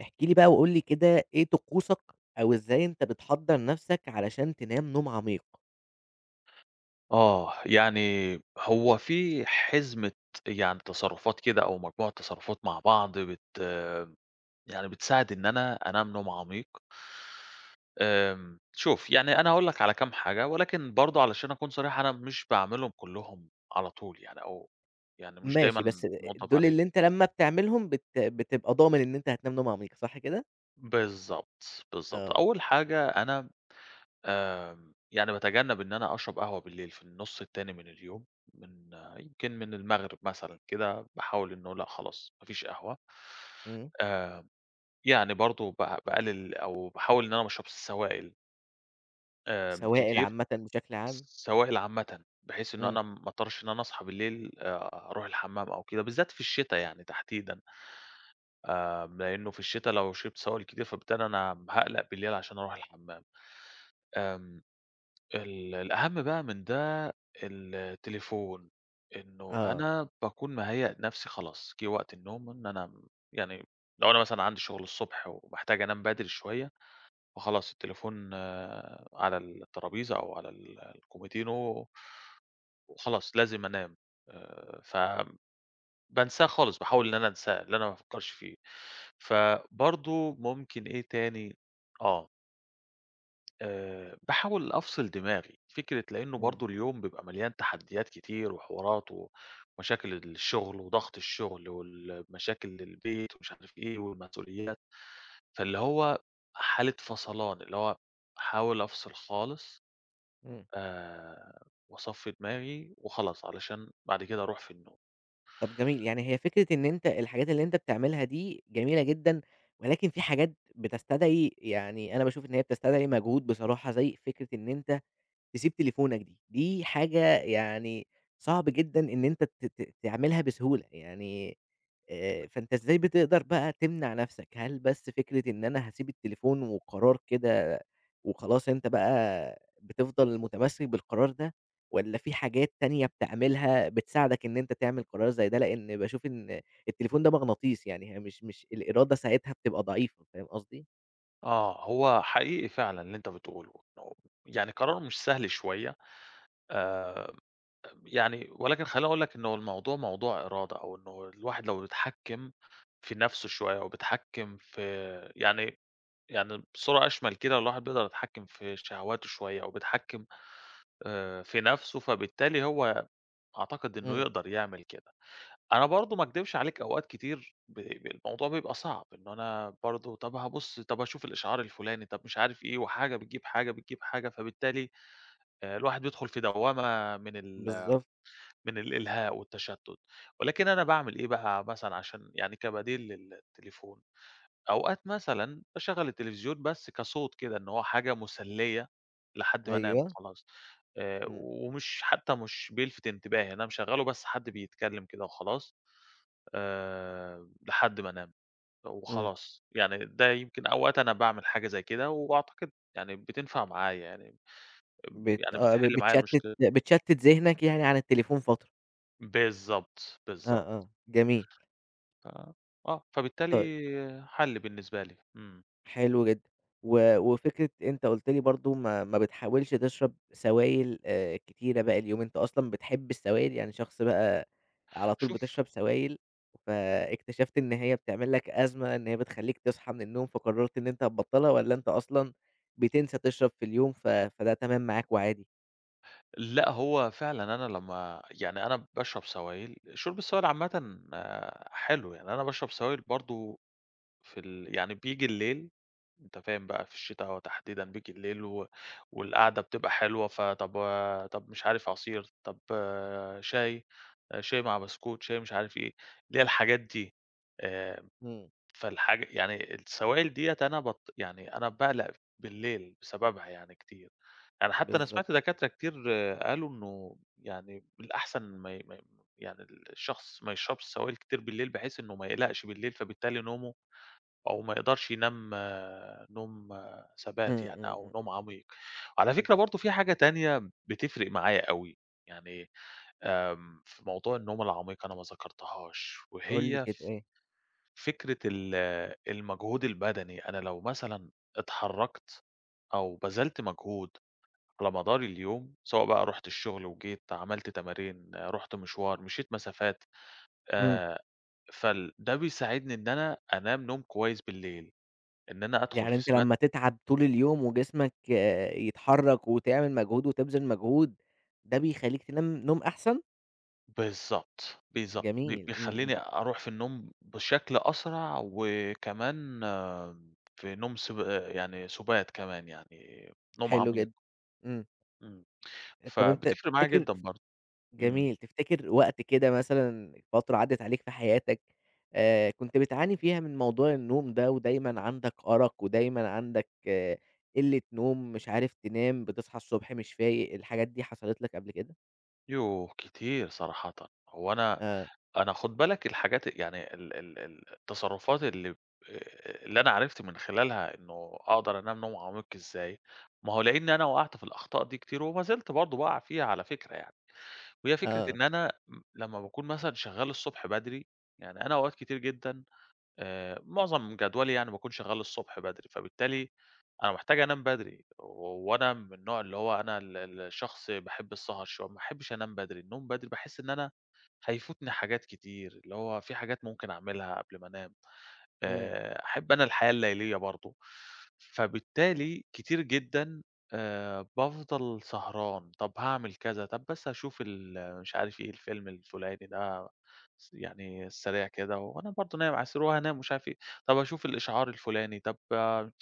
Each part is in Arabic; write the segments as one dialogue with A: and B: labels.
A: احكِ لي بقى وقُل لي كده إيه طقوسك أو إزاي أنت بتحضّر نَفْسك علشان تنام نوم عميق؟
B: يعني هو في حزمة تصرفات كده أو مجموعة تصرفات مع بعض يعني بتساعد إن أنا أنام نوم عميق. شوف يعني أنا هاقول لك على كام حاجة، ولكن برضه علشان أكون صريح أنا مش باعملهم كلّهم على طول يعني أو يعني مش دايمًا
A: ماشي، بس
B: مواظب
A: دول
B: عليهم.
A: اللي أنت لمّا بتعملهم بتبقى ضامن إن أنت هتنام نوم عميق، صح كده؟
B: بالضبط، بالضبط.
A: آه،
B: أول حاجة أنا يعني باتجنب إن أنا أشرب قهوة بالليل في النُص التاني من اليوم، من يمكن من المغرب مثلًا كده، باحاول إنه لأ خلاص ما فيش قهوة.
A: إمم،
B: آآ، يعني برضه باقلل أو باحاول إن أنا ما اشربش سوائل
A: سوائل
B: كتير،
A: عامةً بشكل عام،
B: سوائل عامةً، بحيث إن
A: إمم،
B: أنا ما اضطرش إن أنا أصحى بالليل أروح الحمام أو كده، بالذات في الشتا يعني تحديدًا. لأنه في الشتا لو شربت سوائل كتير فبالتالي أنا هاقلق بالليل عشان أروح الحمام. آمم الأهم بقى من ده التليفون، إنه
A: آه،
B: أنا باكون مهيأ نفسي خلاص، جِه وقت النوم إن أنا يعني لو أنا مثلًا عندي شغل الصبح ومحتاج أنام بدري شوية، فخلاص التليفون على الترابيزة أو على الكوميدينو وخلاص لازم أنام. فبانساه خالص، باحاول إن أنا أنساه، اللي أنا ما أفكّرش فيه. فبرضه ممكن إيه تاني؟ آه، باحاول أفصل دماغي، فكرة لإنه
A: إمم،
B: برضه اليوم بيبقى مليان تحديات كتير وحوارات و ومشاكل الشغل وضغط الشغل والمشاكل البيت ومش عارف إيه والمسؤوليات. فاللي هو حالة فصلان، اللي هو أحاول أفصل خالص
A: إمم،
B: آآ وأصفّي دماغي وخلاص علشان بعد كده أروح في النوم.
A: طَب جميل، يعني هي فكرة إن أنت الحاجات اللي أنت بتعملها دي جميلة جدًا، ولكن في حاجات بتستدعي يعني أنا باشوف إن هي بتستدعي مجهود بصراحة، زي فكرة إن أنت تسيب تليفونك دي، دي حاجة يعني صعب جدًا إن أنت ت ت تعملها بسهولة، يعني فأنت إزاي بتقدر بقى تمنع نفسك؟ هل بس فكرة إن أنا هاسيب التليفون وقرار كده وخلاص أنت بقى بتفضل متمسك بالقرار ده، والّا في حاجات تانية بتعملها بتساعدك إن أنت تعمل قرار زي ده؟ لإن باشوف إن التليفون ده مغناطيس، يعني هي مش الإرادة ساعتها بتبقى ضعيفة، فاهم قصدي؟
B: آه، هو حقيقي فعلًا اللي أنت بتقوله، إنه يعني قرار مش سهل شوية. آآ يعني ولكن خلّيني أقول لك إنه الموضوع موضوع إرادة، أو إنه الواحد لو اتحكّم في نَفْسه شوية، أو بيتحكّم في يعني يعني بصورة أشمل كده الواحد بيقدر يتحكّم في شهواته شوية، أو بيتحكّم في نَفْسه، فبالتالي هو أعتقد إنه
A: إمم،
B: يقدر يعمل كده. أنا برضه ما أكدبش عليك أوقات كتير ب ب الموضوع بيبقى صعب، إن أنا برضه طَب هابُص، طَب هاشوف الإشعار الفُلاني، طَب مش عارف إيه، وحاجة بتجيب حاجة، بتجيب حاجة، فبالتالي الواحد بيدخُل في دوّامة من ال
A: بالضبط،
B: من الإلهاء والتشتت. ولكن أنا باعمل إيه بقى مثلًا عشان يعني كبديل للتليفون؟ أوقات مثلًا باشغّل التلفزيون بس كصوت كده إن هو حاجة مسلية لحد ما أنام
A: أيوه،
B: خلاص.
A: إمم،
B: ومش حتى مش بيلفت انتباهي، أنا مشغّله بس حد بيتكلم كده وخلاص لحد ما أنام
A: إمم.
B: وخلاص. يعني ده يمكن أوقات أنا باعمل حاجة زي كده وأعتقد يعني بتنفع معايا يعني،
A: بت
B: يعني
A: آه، ب
B: بتحل معايا
A: بتشتت
B: المشكلة.
A: بتشتت ذهنك يعني عن التليفون فترة،
B: بالضبط،
A: آه،
B: بالضبط.
A: آه، جميل،
B: ف آه، فبالتالي
A: طيب
B: حَل بالنسبة لي. إمم.
A: حلو جدًا، و وفكرة أنت قُلت لي برضه ما بتحاولش تشرب سوائل كتيرة بقى اليومين، أنت أصلًا بتحب السوائل يعني شخص بقى على طول
B: شوف،
A: بتشرب سوائل، فاكتشفت إن هي بتعمل لك أزمة، إن هي بتخلّيك تصحى من النوم فقررت إن أنت هتبطّلها، والّا أنت أصلًا بتنسى تشرب في اليوم فده تمام معاك وعادي؟
B: لأ، هو فعلًا أنا لمّا يعني أنا باشرب سوايل، شُرب السوايل عامةً حلو، يعني أنا باشرب سوايل برضه في ال يعني بييجي الليل. أنت فاهم بقى في الشتا تحديدًا بييجي الليل و والقعدة بتبقى حلوة، فطَب طَب مش عارف عصير، طَب شاي، شاي مع بسكوت، شاي مش عارف إيه، اللي هي الحاجات دي. آآ
A: إمم،
B: فالحاجة يعني السوايل ديّة أنا يعني أنا باقلق بالليل بسببها يعني كتير. يعني حتى أنا
A: بالضبط،
B: سمعت دكاترة كتير قالوا إنه يعني الأحسن ما ي ما ي يعني الشخص ما يشربش سوايل كتير بالليل بحيث إنه ما يقلقش بالليل، فبالتالي نومه أو ما يقدرش ينام نوم ثبات
A: إمم،
B: يعني أو
A: إمم،
B: نوم عميق. وعلى
A: إمم،
B: فكرة برضه في حاجة تانية بتفرق معايا أوي، يعني في موضوع النوم العميق أنا ما ذكرتهاش
A: قُل لي
B: وهي
A: كده إيه؟
B: فكرة المجهود البدني. أنا لو مثلًا اتحرّكت أو بذلت مجهود على مدار اليوم، سواء بقى رُحت الشغل وجيت، عملت تمارين، رُحت مشوار، مشيت مسافات،
A: إمم.
B: آآ، فال ده بيساعدني إن أنا أنام نوم كويس بالليل، إن أنا أدخل
A: يعني
B: في
A: أنت
B: سبات.
A: لمّا تتعب طول اليوم وجسمك يتحرك وتعمل مجهود وتبذل مجهود، ده بيخلّيك تنام نوم أحسن؟
B: بالضبط، بالضبط،
A: جميل، إمم، إمم،
B: بيخلّيني أروح في النوم بشكل أسرع، وكمان في نوم سب آه، يعني سُبات كمان يعني نوم
A: حلو جدًا،
B: عميق.
A: إمم،
B: إمم.
A: طب أنت
B: فبتفرق معايا جدًا برضه. إمم.
A: جميل، تفتكر وقت كده مثلًا فترة عدّت عليك في حياتك كنت بتعاني فيها من موضوع النوم ده ودايمًا عندك أرق ودايمًا عندك قلة نوم، مش عارف تنام، بتصحى الصبح مش فايق، الحاجات دي حصلت لك قبل كده؟
B: يوه! كتير صراحةً. هو أنا
A: آه،
B: أنا خُد بالك الحاجات يعني ال ال ال التصرفات اللي أنا عرفت من خلالها إنه أقدر أنام نوم عميق إزاي، ما هو لإن أنا وقعت في الأخطاء دي كتير وما زلت برضه باقع فيها على فكرة يعني. وهي فكرة
A: آه،
B: إن أنا لمّا باكون مثلًا شغّال الصبح بدري، يعني أنا أوقات كتير جدًا معظم جدولي يعني باكون شغّال الصبح بدري، فبالتالي أنا محتاج أنام بدري. و وأنا من النوع اللي هو أنا ال ال الشخص باحب السهر شوية، ما باحبش أنام بدري. النوم بدري باحس إن أنا هيفوتني حاجات كتير، اللي هو في حاجات ممكن أعملها قبل ما أنام.
A: إمم،
B: أحب أنا الحياة الليلية برضه، فبالتالي كتير جدًا بافضل سهران، طب هاعمل كذا، طب بس هاشوف ال مش عارف إيه الفيلم الفُلاني ده يعني السريع كده وأنا برضه نايم على السرير وهانام ومش عارف إيه، طب أشوف الإشعار الفُلاني، طب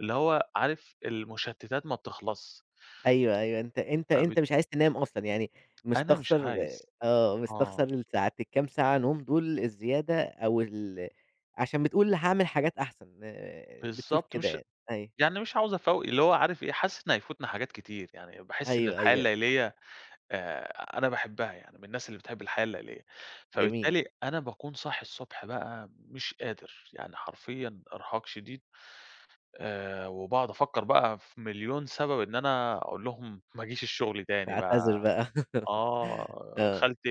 B: اللي هو عارف المشتتات ما بتخلصش.
A: أيوه، أيوه، أنت أنت
B: فبت
A: أنت مش عايز تنام أصلًا، يعني
B: أنا مش
A: مستخسر
B: عايز
A: مستخسر
B: آه،
A: الساعات الكام ساعة نوم دول الزيادة أو عشان بتقول هاعمل حاجات أحسن، بتشوف
B: بالضبط
A: كده
B: مش
A: يعني، أيوه،
B: يعني مش عاوز أفوّق اللي هو عارف إيه، حاسس إن هيفوتنا حاجات كتير. يعني باحس إن
A: أيوه،
B: الحياة
A: أيوه،
B: الليلية أنا باحبها يعني، من الناس اللي بتحب الحياة الليلية،
A: جميل،
B: فبالتالي أنا باكون صاحي الصبح بقى مش قادر، يعني حرفيًا إرهاق شديد. وباقعد أفكّر بقى في مليون سبب إن أنا أقول لهم ما أجيش الشغل تاني
A: تعتذر
B: بقى،
A: بقى
B: آه
A: آه،
B: خالتي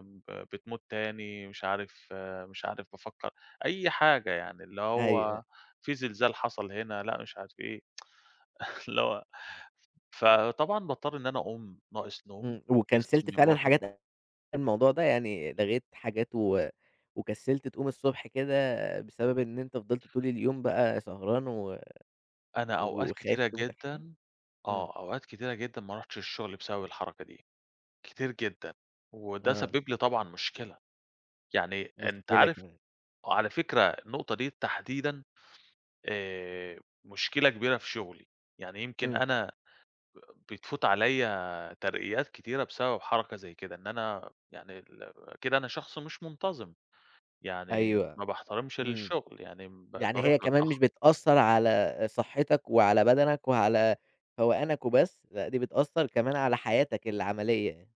B: ب بتموت تاني، مش عارف مش عارف بافكّر أي حاجة يعني، اللي
A: أيوه،
B: هو في زلزال حصل هنا، لأ مش عارف إيه، اللي هو فطبعًا باضطر إن أنا أقوم ناقص نوم،
A: إمم، وكنسلت
B: جسمي
A: فعلًا
B: مرهق.
A: حاجات الموضوع ده، يعني لغيت حاجات و وكسلت تقوم الصبح كده بسبب إن أنت فضلت طول اليوم بقى سهران
B: أنا أوقات
A: وخايف
B: كتيرة
A: تموت
B: جدًا
A: إمم،
B: أوقات كتيرة جدًا ما رُحتش الشغل بسبب الحركة دي، كتير جدًا، وده
A: آه،
B: سبِّب لي طبعًا مشكلة، يعني أنت
A: مشكلة
B: عارف.
A: كمان.
B: وعلى فكرة النقطة دي تحديدًا مشكلة كبيرة في شغلي. يعني يمكن
A: إمم،
B: أنا بتفوت عليّا ترقيات كتيرة بسبب حركة زي كده، إن أنا يعني ال كده أنا شخص مش منتظم، يعني
A: أيوه،
B: ما باحترمش
A: إمم،
B: الشغل، يعني
A: يعني
B: باروح
A: هي كمان مش
B: متأخر.
A: بتأثّر على صحّتك وعلى بدنك وعلى فوقانك وبس، لأ دي بتأثّر كمان على حياتك العملية، يعني.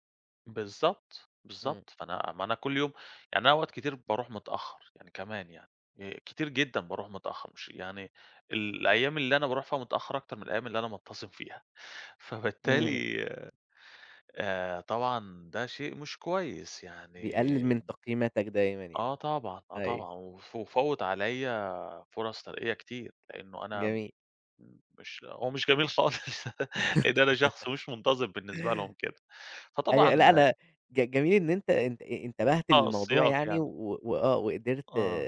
B: بالضبط،
A: إمم،
B: بالضبط. فأنا ما أنا كل يوم يعني أنا أوقات كتير باروح متأخّر يعني كمان يعني، كتير جدًا باروح متأخّر مش يعني ال الأيام اللي أنا باروح فيها متأخّر أكتر من الأيام اللي أنا منتظم فيها.
A: إمم،
B: فبالتالي طبعًا ده شيء مش كويس يعني.
A: بيقلل من تقييماتك دايمًا يعني،
B: آه طبعًا، آه
A: أيوه،
B: طبعًا. وف وفوّت عليّا فرص ترقية كتير، لإنه أنا
A: جميل،
B: مش هو مش جميل خالص لإن أنا شخص مش منتظم بالنسبة لهم كده. فطبعًا
A: أيوه لأ أنا جميل إن أنت أنت انتبهت
B: آه
A: للموضوع
B: السياق
A: يعني
B: يعني.
A: و وقدرت
B: آه.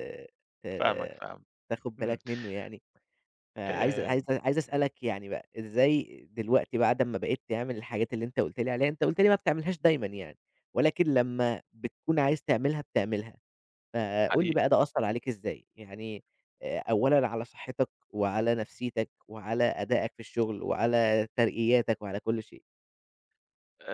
A: ت
B: فاهمك، فاهمك،
A: تاخد
B: إمم.
A: بالك منّه يعني. فعايز
B: آآ،
A: عايز عايز أسألك يعني بقى، إزاي دلوقتي بعد أمّا بقيت تعمل الحاجات اللي أنت قُلت لي عليها، أنت قُلت لي ما بتعملهاش دايمًا يعني، ولكن لمّا بتكون عايز تعملها بتعملها، فقُل لي بقى
B: حقيقي
A: ده أثّر عليك إزاي؟ يعني أولًا على صحتك وعلى نفسيتك وعلى أدائك في الشغل وعلى ترقياتك وعلى كل شيء.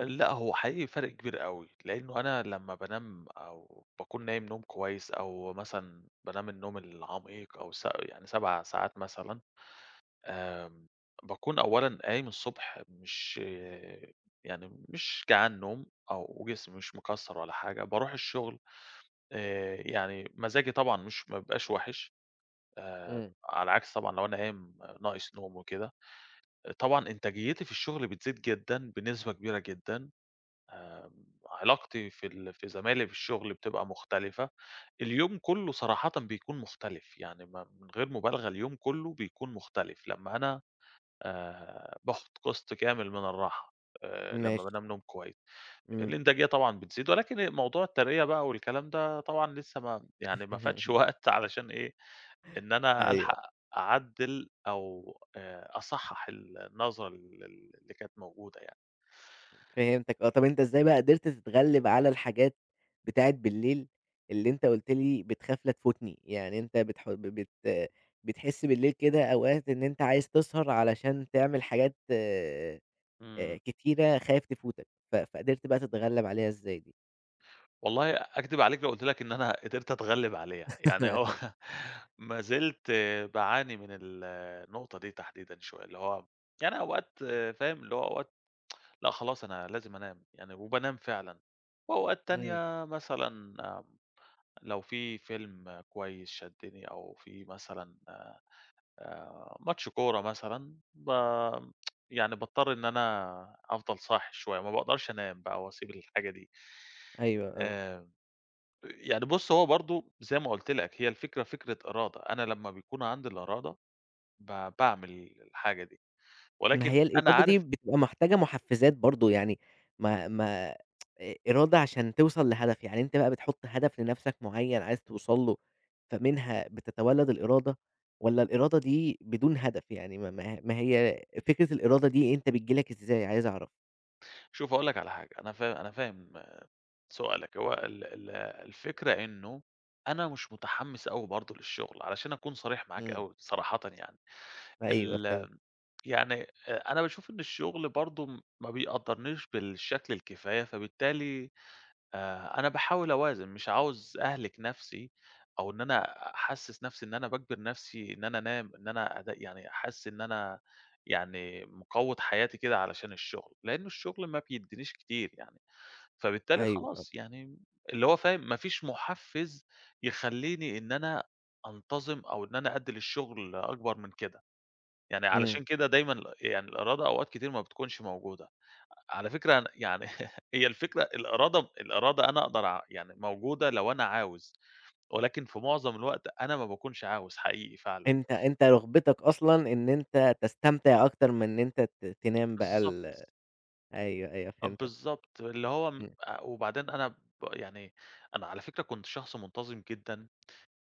B: لأ، هو حقيقي فرق كبير أوي، لإنه أنا لمّا بانام أو باكون نايم نوم كويس أو مثلًا بانام النوم العميق أو س يعني 7 ساعات مثلًا، آمم، باكون أولًا قايم الصبح مش يعني مش جعان نوم أو جسمي مش مكسّر ولا حاجة، باروح الشغل يعني مزاجي طبعًا مش ما بيبقاش وِحِش، آآ،
A: إمم،
B: على عكس طبعًا لو أنا قايم ناقص نوم وكده. طبعًا إنتاجيتي في الشغل بتزيد جدًا، بنسبة كبيرة جدًا. علاقتي في ال في زمايلي في الشغل بتبقى مختلفة. اليوم كلّه صراحةً بيكون مختلف، يعني ما من غير مبالغة اليوم كلّه بيكون مختلف لمّا أنا باخد قسط كامل من الراحة، لمّا
A: ماشي،
B: بانام نوم كويس.
A: إمم.
B: الإنتاجية طبعًا بتزيد، ولكن موضوع الترقية بقى والكلام ده طبعًا لسه ما يعني ما فاتش وقت علشان إيه، إن أنا
A: أيوه.
B: ألحق أعدِّل أو أصحّح ال النظرة ال اللي كانت موجودة يعني.
A: فهمتك آه، طب أنت إزاي بقى قدرت تتغلب على الحاجات بتاعة بالليل اللي أنت قُلت لي بتخاف لا تفوتني، يعني أنت بتح ب بت بتحس بالليل كده أوقات إن أنت عايز تسهر علشان تعمل حاجات
B: إمم.
A: كتيرة خايف تفوتك، فقدرت بقى تتغلب عليها إزاي دي؟
B: والله أكدب عليك لو قُلت لك إن أنا قدرت أتغلِّب عليها، يعني هو ما زلت باعاني من ال النقطة دي تحديدًا شوية، اللي هو يعني أوقات فاهم، اللي هو أوقات لأ خلاص أنا لازم أنام، يعني وبانام فعلًا. وأوقات
A: إمم،
B: تانية مثلًا لو في فيلم كويس شدّني أو في مثلًا ماتش كورة مثلًا يعني باضطر إن أنا أفضل صاحي شوية، ما باقدرش أنام بقى وأسيب الحاجة دي.
A: أيوه، آه.
B: آآ يعني بُص، هو برضه زي ما قُلت لك، هي الفكرة فكرة إرادة، أنا لمّا بيكون عندي الإرادة باعمل الحاجة دي،
A: ما
B: ولكن
A: هي
B: أنا
A: الإرادة دي
B: عارف
A: بتبقى محتاجة مُحفّزات برضه، يعني
B: إمم.
A: ما ما إرادة عشان توصل لهدف، يعني أنت بقى بتحُط هدف لنَفْسك معيّن عايز توصل له، فمنها بتتولد الإرادة والّا الإرادة دي بدون هدف؟ يعني ما هي فكرة الإرادة دي أنت بتيجي لك إزاي عايز أعرف؟
B: شوف هاقول لك على حاجة، أنا فاهم سؤالك هو ال ال الفكرة إنه أنا مش متحمّس أوي برضه للشغل، علشان أكون صريح معاك
A: إمم.
B: أوي صراحةً يعني.
A: أيوه فهمت،
B: ال يعني أنا باشوف إن الشغل برضه ما بيقدّرنيش بالشكل الكفاية، فبالتالي أنا باحاول أوازن، مش عاوز أهلِك نَفْسي أو إن أنا أحسِّس نَفْسي إن أنا باجبر نَفْسي إن أنا أنام، إن أنا يعني أحس إن أنا يعني مقوّض حياتي كده علشان الشُغل، لإن الشُغل ما بيدّينيش كتير يعني، فبالتالي
A: أيوه آه، إمم.
B: خلاص يعني اللي هو فاهم، ما فيش مُحفِّز يخلّيني إن أنا أنتظم أو إن أنا أدّي للشُغل أكبر من كده. يعني
A: إمم.
B: علشان كده دايمًا ال يعني الإرادة أوقات كتير ما بتكونش موجودة. على فكرة أنا يعني هي الفكرة الإرادة الإرادة أنا أقدر أع يعني موجودة لو أنا عاوز، ولكن في معظم الوقت أنا ما باكونش عاوز حقيقي فعلًا.
A: أنت أنت رُغبتك أصلًا إن أنت تستمتع أكتر من إن أنت تنام بقى
B: بالضبط،
A: أيوه، أيوه
B: آه
A: فهمتك،
B: بالضبط، اللي هو م
A: إمم.
B: وبعدين أنا يعني أنا على فكرة كنت شخص منتظم جدًا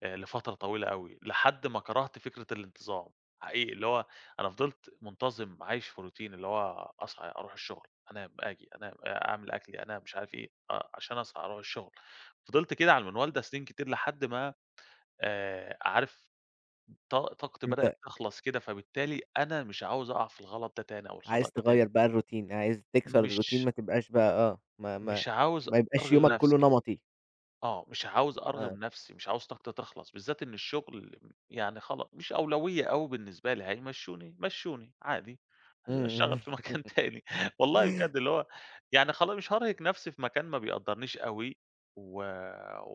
B: لفترة طويلة أوي، لحد ما كرهت فكرة الانتظام، حقيقي اللي هو أنا فضلت منتظم عايش في روتين اللي هو أصحى أروح الشغل، أنام، آجي، أنام، أعمل أكلي، أنام، مش عارف إيه، آه، عشان أصحى أروح الشغل. فضلت كده على المنوال ده سنين كتير لحد ما عارف طاقتي
A: أنت
B: بدأت تخلص كده، فبالتالي أنا مش عاوز أقع في الغلط ده تاني أو الخطأ
A: عايز
B: ده تاني،
A: تغيّر بقى الروتين، عايز تكسر الروتين
B: مش
A: ما تبقاش بقى آه،
B: مش عاوز
A: ما يبقاش
B: أرغي
A: يومك كلّه
B: نفسي.
A: نمطي،
B: آه، مش عاوز أرغم
A: آه،
B: نفسي، مش عاوز طاقتي تخلص، بالذات إن الشغل يعني خلا مش أولوية أوي بالنسبة لي، هيمشّوني مشّوني عادي،
A: إمم،
B: هاشتغل
A: إمم.
B: في مكان تاني، والله بجد اللي هو يعني خلا مش هارهق نفسي في مكان ما بيقدّرنيش أوي، و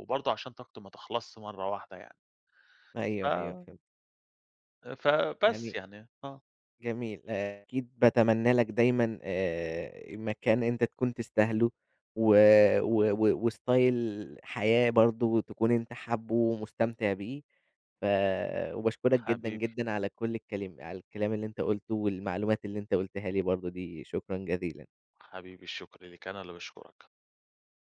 B: وبرضه عشان طاقتي ما تخلصش مرّة واحدة يعني،
A: أيوه، أيوه
B: ف
A: فهمت،
B: فبس
A: يعني
B: يعني، آه.
A: جميل، أكيد باتمنى لك دايمًا مكان أنت تكون تستاهله و و و وستايل حياة برضه تكون أنت حابه ومستمتع بيه، ف وباشكرك جدًا،
B: حبيبي،
A: جدًا على كل الكلم على الكلام اللي أنت قُلته والمعلومات اللي أنت قُلتها لي برضه دي، شكرًا جزيلًا.
B: حبيبي الشكر ليك، أنا اللي باشكرك.